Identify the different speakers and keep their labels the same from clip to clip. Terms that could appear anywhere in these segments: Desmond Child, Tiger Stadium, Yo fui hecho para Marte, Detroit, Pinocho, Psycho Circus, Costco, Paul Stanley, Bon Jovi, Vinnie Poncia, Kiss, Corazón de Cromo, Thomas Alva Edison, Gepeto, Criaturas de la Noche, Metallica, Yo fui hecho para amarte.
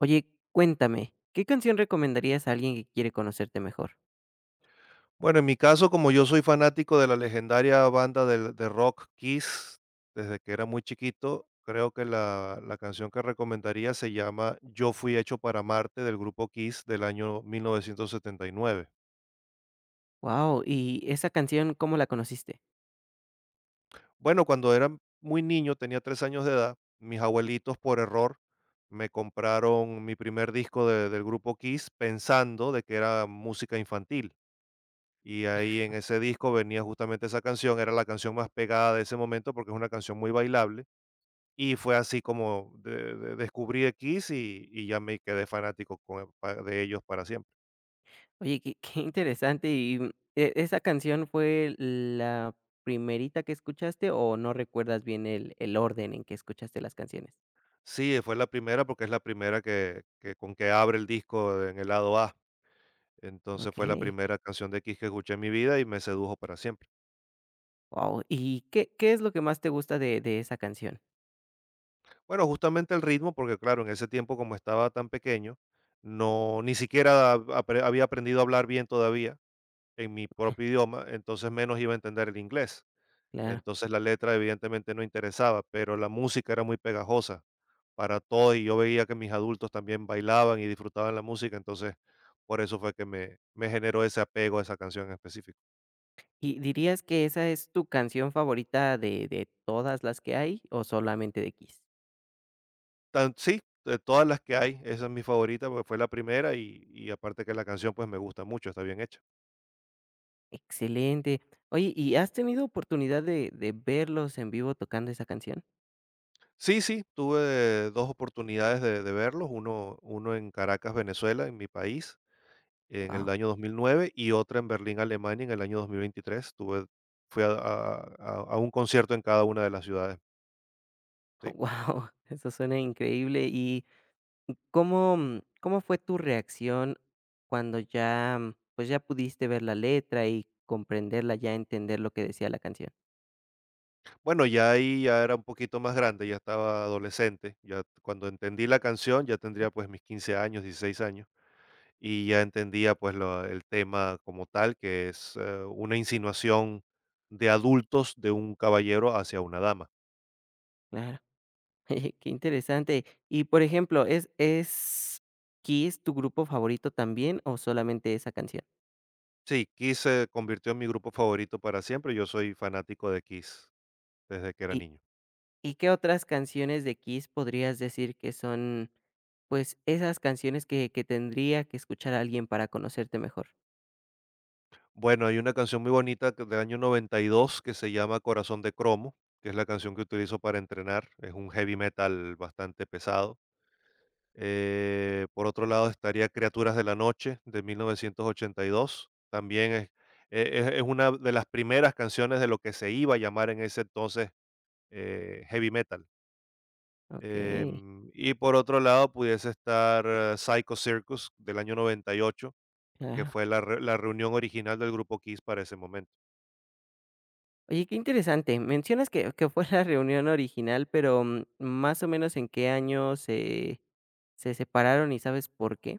Speaker 1: Oye, cuéntame, ¿qué canción recomendarías a alguien que quiere conocerte mejor?
Speaker 2: Bueno, en mi caso, como yo soy fanático de la legendaria banda del de rock Kiss, desde que era muy chiquito, creo que la canción que recomendaría se llama Yo fui hecho para Marte, del grupo Kiss, del año 1979.
Speaker 1: Wow, ¿y esa canción cómo la conociste?
Speaker 2: Bueno, cuando era muy niño, tenía 3 años de edad, mis abuelitos, por error, me compraron mi primer disco de del grupo Kiss, pensando de que era música infantil. Y ahí en ese disco venía justamente esa canción, era la canción más pegada de ese momento porque es una canción muy bailable. Y fue así como descubrí a Kiss y ya me quedé fanático de ellos para siempre.
Speaker 1: Oye, qué qué interesante, y, esa canción fue la primerita que escuchaste o no recuerdas bien el orden en que escuchaste las canciones?
Speaker 2: Sí, fue la primera porque es la primera con que abre el disco en el lado A. Entonces fue la
Speaker 1: Okey.
Speaker 2: primera canción de Kiss que escuché en mi vida y me sedujo para siempre.
Speaker 1: Wow. ¿Y qué es lo que más te gusta de esa canción?
Speaker 2: Bueno, justamente el ritmo, porque claro, en ese tiempo como estaba tan pequeño, no, ni siquiera había aprendido a hablar bien todavía en mi propio idioma, entonces menos iba a entender el inglés.
Speaker 1: Claro,
Speaker 2: Entonces la letra evidentemente no interesaba, pero la música era muy pegajosa para todo y yo veía que mis adultos también bailaban y disfrutaban la música, entonces por eso fue que me generó ese apego a esa canción en específico.
Speaker 1: ¿y dirías que esa es tu canción favorita de todas las que hay o solamente de Kiss?
Speaker 2: Sí, de todas las que hay, esa es mi favorita porque fue la primera y aparte que la canción pues me gusta mucho, está bien hecha.
Speaker 1: Excelente. Oye, ¿y has tenido oportunidad de verlos en vivo tocando esa canción?
Speaker 2: Sí, sí, tuve dos oportunidades de verlos, uno en Caracas, Venezuela, en mi país, en el
Speaker 1: Wow,
Speaker 2: año 2009 y otra en Berlín, Alemania, en el año 2023. Fui a un concierto en cada una de las ciudades. Sí.
Speaker 1: wow, eso suena increíble. ¿Y cómo fue tu reacción cuando ya, pues, ya pudiste ver la letra y comprenderla, ya entender lo que decía la canción?
Speaker 2: Bueno, ya ahí ya era un poquito más grande, ya estaba adolescente. Ya cuando entendí la canción, ya tendría pues mis 15 años, 16 años, y ya entendía pues el tema como tal, que es, una insinuación de adultos, de un caballero hacia una dama.
Speaker 1: Claro, oye, qué interesante. Y, por ejemplo, ¿es Kiss tu grupo favorito también o solamente esa canción?
Speaker 2: Sí, Kiss se convirtió en mi grupo favorito para siempre. Yo soy fanático de Kiss desde que era niño.
Speaker 1: ¿Y qué otras canciones de Kiss podrías decir que son, pues, esas canciones que tendría que escuchar alguien para conocerte mejor?
Speaker 2: Bueno, hay una canción muy bonita del año 92 que se llama Corazón de Cromo, que es la canción que utilizo para entrenar. Es un heavy metal bastante pesado. Por otro lado estaría Criaturas de la Noche de 1982. También es una de las primeras canciones de lo que se iba a llamar en ese entonces heavy metal.
Speaker 1: Okey,
Speaker 2: Y por otro lado pudiese estar, Psycho Circus del año 98, que
Speaker 1: claro.
Speaker 2: fue la reunión original del grupo Kiss para ese momento.
Speaker 1: Oye, qué interesante. Mencionas que fue la reunión original, pero, ¿más o menos en qué año se separaron y sabes por qué?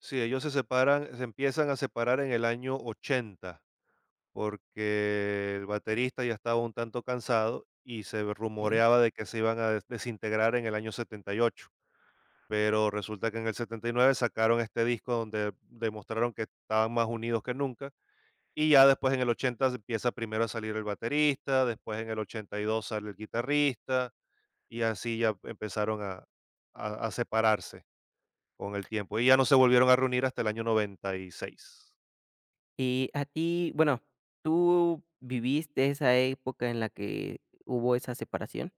Speaker 2: Sí, ellos se separan, se empiezan a separar en el año 80, porque el baterista ya estaba un tanto cansado y se
Speaker 1: Okey.
Speaker 2: rumoreaba de que se iban a desintegrar en el año 78. Pero resulta que en el 79 sacaron este disco donde demostraron que estaban más unidos que nunca. Y ya después en el 80 se empieza primero a salir el baterista, después en el 82 sale el guitarrista y así ya empezaron a, a separarse con el tiempo. Y ya no se volvieron a reunir hasta el año 96.
Speaker 1: Y a ti, bueno, ¿tú viviste esa época en la que hubo esa separación?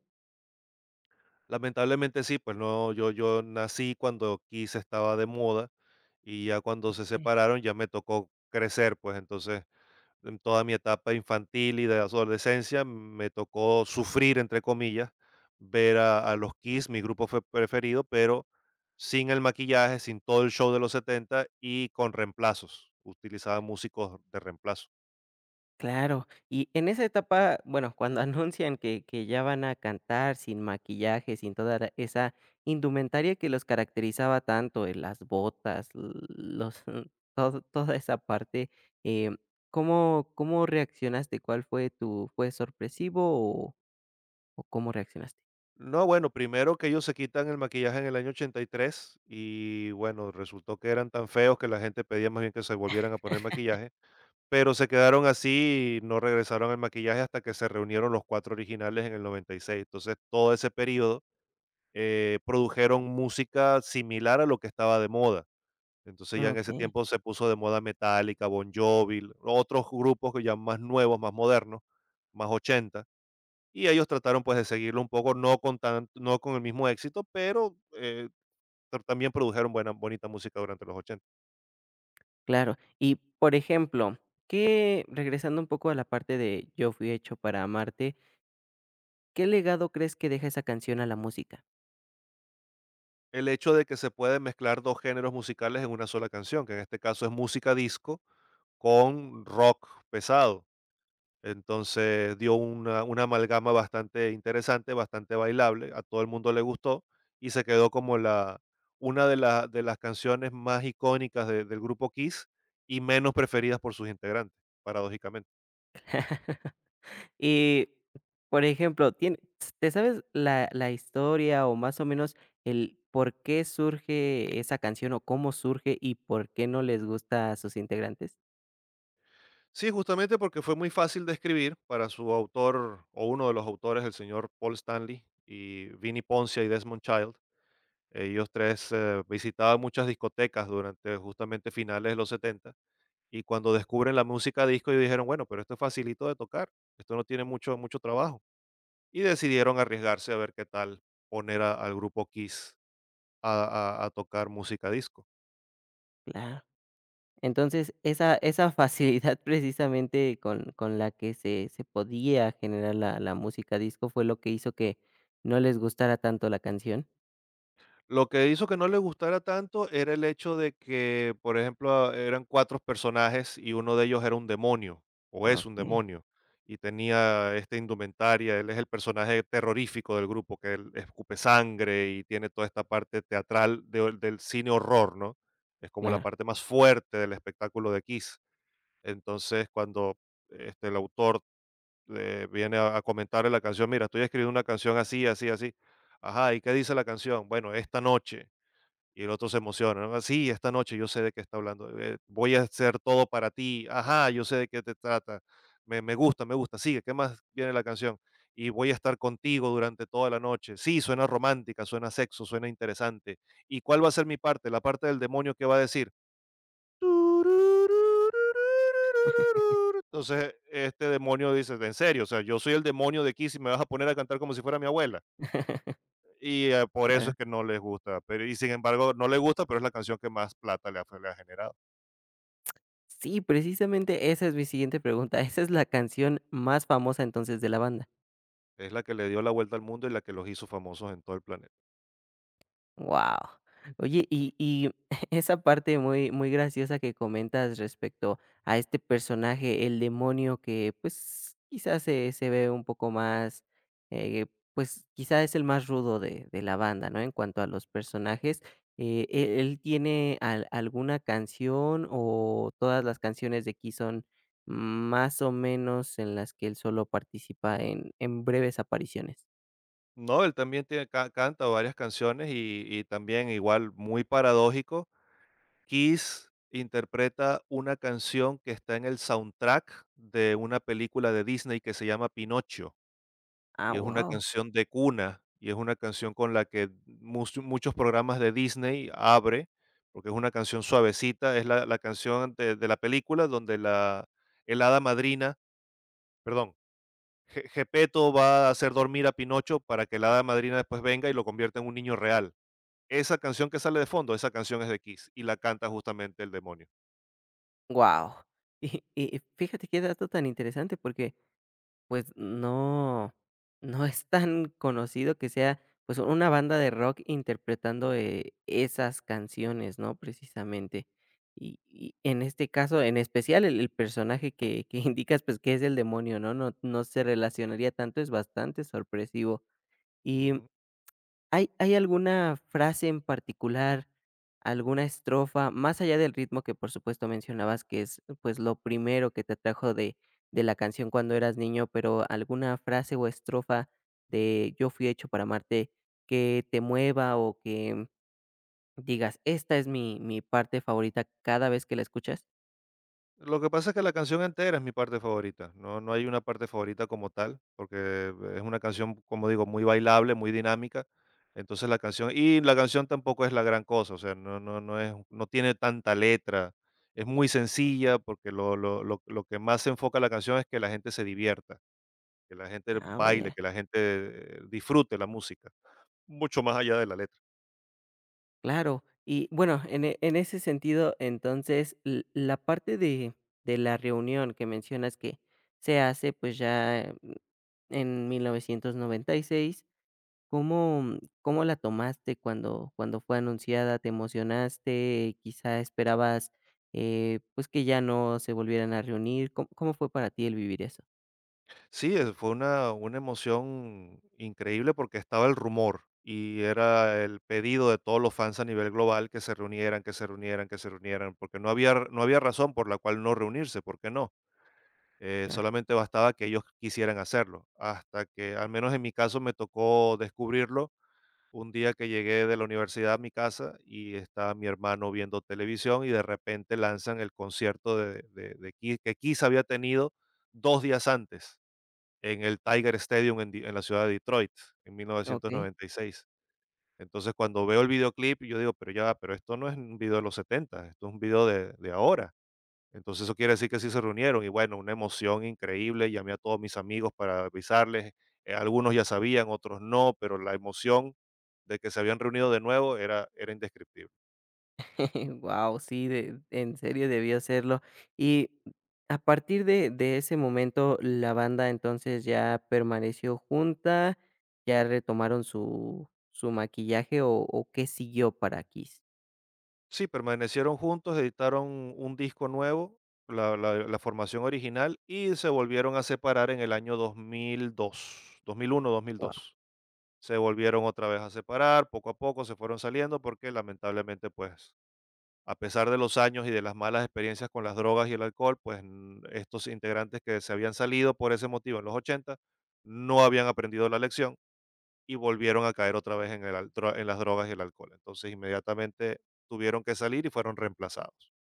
Speaker 2: Lamentablemente sí, pues no, yo nací cuando Kiss estaba de moda y ya cuando se separaron ya me tocó crecer, pues entonces en toda mi etapa infantil y de adolescencia me tocó sufrir, entre comillas, ver a los Kiss, mi grupo fue preferido, pero sin el maquillaje, sin todo el show de los 70 y con reemplazos. Utilizaba músicos de reemplazo.
Speaker 1: Claro, y en esa etapa, bueno, cuando anuncian que ya van a cantar sin maquillaje, sin toda la esa indumentaria que los caracterizaba tanto, las botas, los todo toda esa parte, em, ¿cómo reaccionaste? ¿Cuál fue tu fue sorpresivo o o cómo reaccionaste?
Speaker 2: No, bueno, primero que ellos se quitan el maquillaje en el año ochenta y tres y bueno, resultó que eran tan feos que la gente pedía más bien que se volvieran a poner maquillaje, pero se quedaron así y no regresaron al maquillaje hasta que se reunieron los cuatro originales en el 96. Entonces, todo ese periodo, produjeron música similar a lo que estaba de moda. Entonces ya en ese
Speaker 1: Okey,
Speaker 2: tiempo se puso de moda Metallica, Bon Jovi, otros grupos que ya más nuevos, más modernos, más 80. Y ellos trataron, pues, de seguirlo un poco, no con tan, no con el mismo éxito, pero también produjeron buena bonita música durante los 80.
Speaker 1: claro. Y, por ejemplo, que Regresando un poco a la parte de Yo fui hecho para amarte, ¿qué legado crees que deja esa canción a la música?
Speaker 2: El hecho de que se puede mezclar 2 géneros musicales en una sola canción, que en este caso es música disco con rock pesado. Entonces, dio una amalgama bastante interesante, bastante bailable, a todo el mundo le gustó y se quedó como la una de la de las canciones más icónicas de del grupo Kiss, y menos preferidas por sus integrantes, paradójicamente.
Speaker 1: Y, por ejemplo, tien ¿te sabes la historia o más o menos el por qué surge esa canción o cómo surge y por qué no les gusta a sus integrantes?
Speaker 2: Sí, justamente porque fue muy fácil de escribir para su autor, o uno de los autores, el señor Paul Stanley y Vinnie Poncia y Desmond Child. Ellos tres, visitaban muchas discotecas durante justamente finales de los 70 y cuando descubren la música disco y dijeron, bueno, pero esto es facilito de tocar, esto no tiene mucho, mucho trabajo. Y decidieron arriesgarse a ver qué tal poner al grupo Kiss a, a tocar música disco.
Speaker 1: Claro. Entonces, esa facilidad precisamente con la que se podía generar la música disco fue lo que hizo que no les gustara tanto la canción.
Speaker 2: Lo que hizo que no le gustara tanto era el hecho de que, por ejemplo, eran 4 personajes y uno de ellos era un demonio, o es un
Speaker 1: Okey,
Speaker 2: demonio, y tenía esta indumentaria. Él es el personaje terrorífico del grupo, que él escupe sangre y tiene toda esta parte teatral de del cine horror, ¿no? Es como la
Speaker 1: claro,
Speaker 2: parte más fuerte del espectáculo de Kiss. Entonces, cuando, el autor, viene a comentarle la canción: "Mira, estoy escribiendo una canción así, así, así". "Ajá, ¿y qué dice la canción?". "Bueno, esta noche". Y el otro se emociona, ¿no? Sí, esta noche, yo sé de qué está hablando, voy a hacer todo para ti, ajá, yo sé de qué te trata, me gusta, me gusta, sigue, ¿qué más viene la canción? Y voy a estar contigo durante toda la noche. Sí, suena romántica, suena sexo, suena interesante. ¿Y cuál va a ser mi parte? La parte del demonio, que va a decir. Entonces, este demonio dice, en serio, o sea, yo soy el demonio de Kiss y me vas a poner a cantar como si fuera mi abuela. Por eso
Speaker 1: claro.
Speaker 2: es que no les gusta, pero, y sin embargo, no les gusta, pero es la canción que más plata le ha generado.
Speaker 1: Sí, precisamente esa es mi siguiente pregunta, ¿esa es la canción más famosa entonces de la banda?
Speaker 2: Es la que le dio la vuelta al mundo y la que los hizo famosos en todo el planeta.
Speaker 1: Wow. Oye, y esa parte muy muy graciosa que comentas respecto a este personaje, el demonio que, pues, quizás se ve un poco más, eh, pues, quizás es el más rudo de la banda, ¿no? En cuanto a los personajes, él tiene al alguna canción o todas las canciones de Key son más o menos en las que él solo participa en breves apariciones?
Speaker 2: No, él también canta varias canciones, y también igual muy paradójico. Kiss interpreta una canción que está en el soundtrack de una película de Disney que se llama Pinocho.
Speaker 1: Ah,
Speaker 2: Y es una
Speaker 1: wow.
Speaker 2: canción de cuna, y es una canción con la que mus muchos programas de Disney abre, porque es una canción suavecita, es la canción de la película donde la el hada madrina, perdón, Ge Gepeto va a hacer dormir a Pinocho para que la hada madrina después venga y lo convierta en un niño real. Esa canción que sale de fondo, esa canción es de Kiss y la canta justamente el demonio.
Speaker 1: Wow, y fíjate qué dato tan interesante, porque, pues, no es tan conocido que sea, pues, una banda de rock interpretando, esas canciones, ¿no? Precisamente. Y en este caso, en especial, el personaje que indicas, pues, que es el demonio, ¿no? No se relacionaría tanto, es bastante sorpresivo. ¿Y
Speaker 2: Ujú.
Speaker 1: ¿hay alguna frase en particular, alguna estrofa, más allá del ritmo que, por supuesto, mencionabas que es, pues, lo primero que te atrajo de la canción cuando eras niño, pero alguna frase o estrofa de Yo fui hecho para amarte que te mueva o que digas: "Esta es mi parte favorita", cada vez que la escuchas?
Speaker 2: Lo que pasa es que la canción entera es mi parte favorita. No, no hay una parte favorita como tal, porque es una canción, como digo, muy bailable, muy dinámica. Entonces la canción, y la canción tampoco es la gran cosa, o sea, no es, no tiene tanta letra. Es muy sencilla porque lo que más se enfoca la canción es que la gente se divierta, que la gente
Speaker 1: Ah,
Speaker 2: baile,
Speaker 1: vaya.
Speaker 2: que la gente, disfrute la música, mucho más allá de la letra.
Speaker 1: Claro. Y bueno, en ese sentido, entonces, l la parte de la reunión que mencionas que se hace, pues, ya en 1996, ¿cómo la tomaste cuando fue anunciada? ¿Te emocionaste? Quizá esperabas, pues, que ya no se volvieran a reunir. ¿Cómo fue para ti el vivir eso?
Speaker 2: Sí, fue una emoción increíble porque estaba el rumor y era el pedido de todos los fans a nivel global que se reunieran, que se reunieran, que se reunieran, porque no había razón por la cual no reunirse, ¿por qué no?
Speaker 1: Ah,
Speaker 2: Solamente bastaba que ellos quisieran hacerlo, hasta que, al menos en mi caso, me tocó descubrirlo un día que llegué de la universidad a mi casa y estaba mi hermano viendo televisión y de repente lanzan el concierto de Kiss, que Kiss había tenido 2 días antes en el Tiger Stadium, en la ciudad de Detroit, en
Speaker 1: okey.
Speaker 2: 1996. Entonces, cuando veo el videoclip, yo digo: "Pero ya va, pero esto no es un video de los 70, esto es un video de ahora". Entonces, eso quiere decir que sí se reunieron, y bueno, una emoción increíble, llamé a todos mis amigos para avisarles, algunos ya sabían, otros no, pero la emoción de que se habían reunido de nuevo era indescriptible.
Speaker 1: Wow, sí, de en serio debió hacerlo. Y a partir de ese momento, la banda entonces ya permaneció junta, ya retomaron su maquillaje, ¿o qué siguió para Kiss?
Speaker 2: Sí, permanecieron juntos, editaron un disco nuevo, la formación original, y se volvieron a separar en el año 2002, dos mil uno, dos mil
Speaker 1: Wow,
Speaker 2: dos. Se volvieron otra vez a separar, poco a poco se fueron saliendo porque lamentablemente, pues, a pesar de los años y de las malas experiencias con las drogas y el alcohol, pues, estos integrantes que se habían salido por ese motivo en los 80 no habían aprendido la lección y volvieron a caer otra vez en las drogas y el alcohol. Entonces, inmediatamente tuvieron que salir y fueron reemplazados.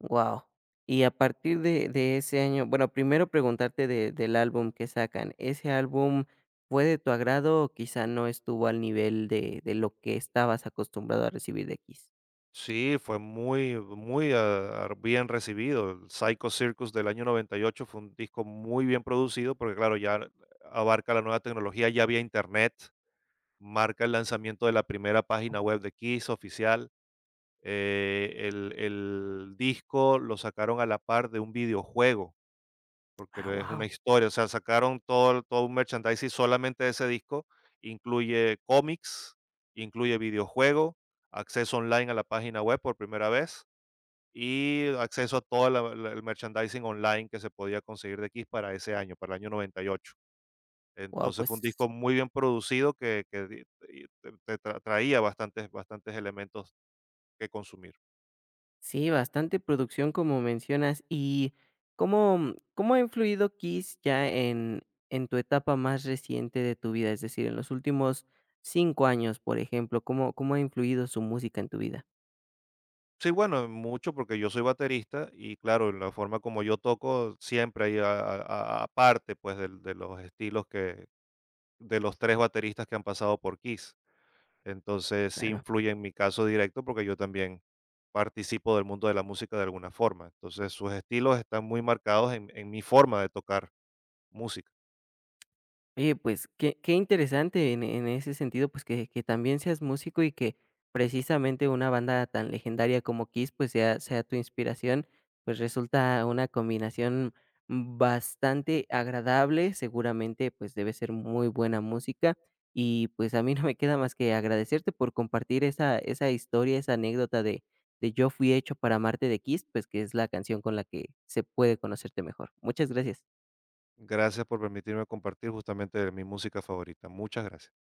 Speaker 1: wow. Y a partir de ese año, bueno, primero preguntarte de del álbum que sacan, ¿ese álbum fue de tu agrado o quizá no estuvo al nivel de lo que estabas acostumbrado a recibir de Kiss?
Speaker 2: Sí, fue muy, muy, bien recibido. El Psycho Circus del año 98 fue un disco muy bien producido, porque claro, ya abarca la nueva tecnología, ya había Internet, marca el lanzamiento de la primera página web de Kiss oficial. El disco lo sacaron a la par de un videojuego,
Speaker 1: Ah,
Speaker 2: porque es
Speaker 1: wow,
Speaker 2: una historia, o sea, sacaron todo un merchandising solamente de ese disco, incluye cómics, incluye videojuego, acceso online a la página web por primera vez y acceso a todo la la el merchandising online que se podía conseguir de Kiss para ese año, para el año 98.
Speaker 1: wow,
Speaker 2: Entonces, fue un
Speaker 1: pues
Speaker 2: disco muy bien producido que di y te te tra- traía bastantes elementos que consumir.
Speaker 1: sí, bastante producción como mencionas. ¿Y cómo ha influido Kiss ya en tu etapa más reciente de tu vida? Es decir, en los últimos 5 años, por ejemplo, ¿cómo ha influido su música en tu vida?
Speaker 2: Sí, bueno, mucho porque yo soy baterista y claro, la forma como yo toco siempre hay, aparte pues de los estilos que de los tres bateristas que han pasado por Kiss. Entonces sí influye en mi caso directo porque yo también participo del mundo de la música de alguna forma. Entonces sus estilos están muy marcados en mi forma de tocar música.
Speaker 1: Oye, pues qué interesante en ese sentido, pues que también seas músico y que precisamente una banda tan legendaria como Kiss, pues sea tu inspiración, pues resulta una combinación bastante agradable, seguramente pues debe ser muy buena música y pues a mí no me queda más que agradecerte por compartir esa historia, esa anécdota de Yo fui hecho para amarte de Kiss, pues que es la canción con la que se puede conocerte mejor. Muchas gracias.
Speaker 2: Gracias por permitirme compartir justamente mi música favorita. Muchas gracias.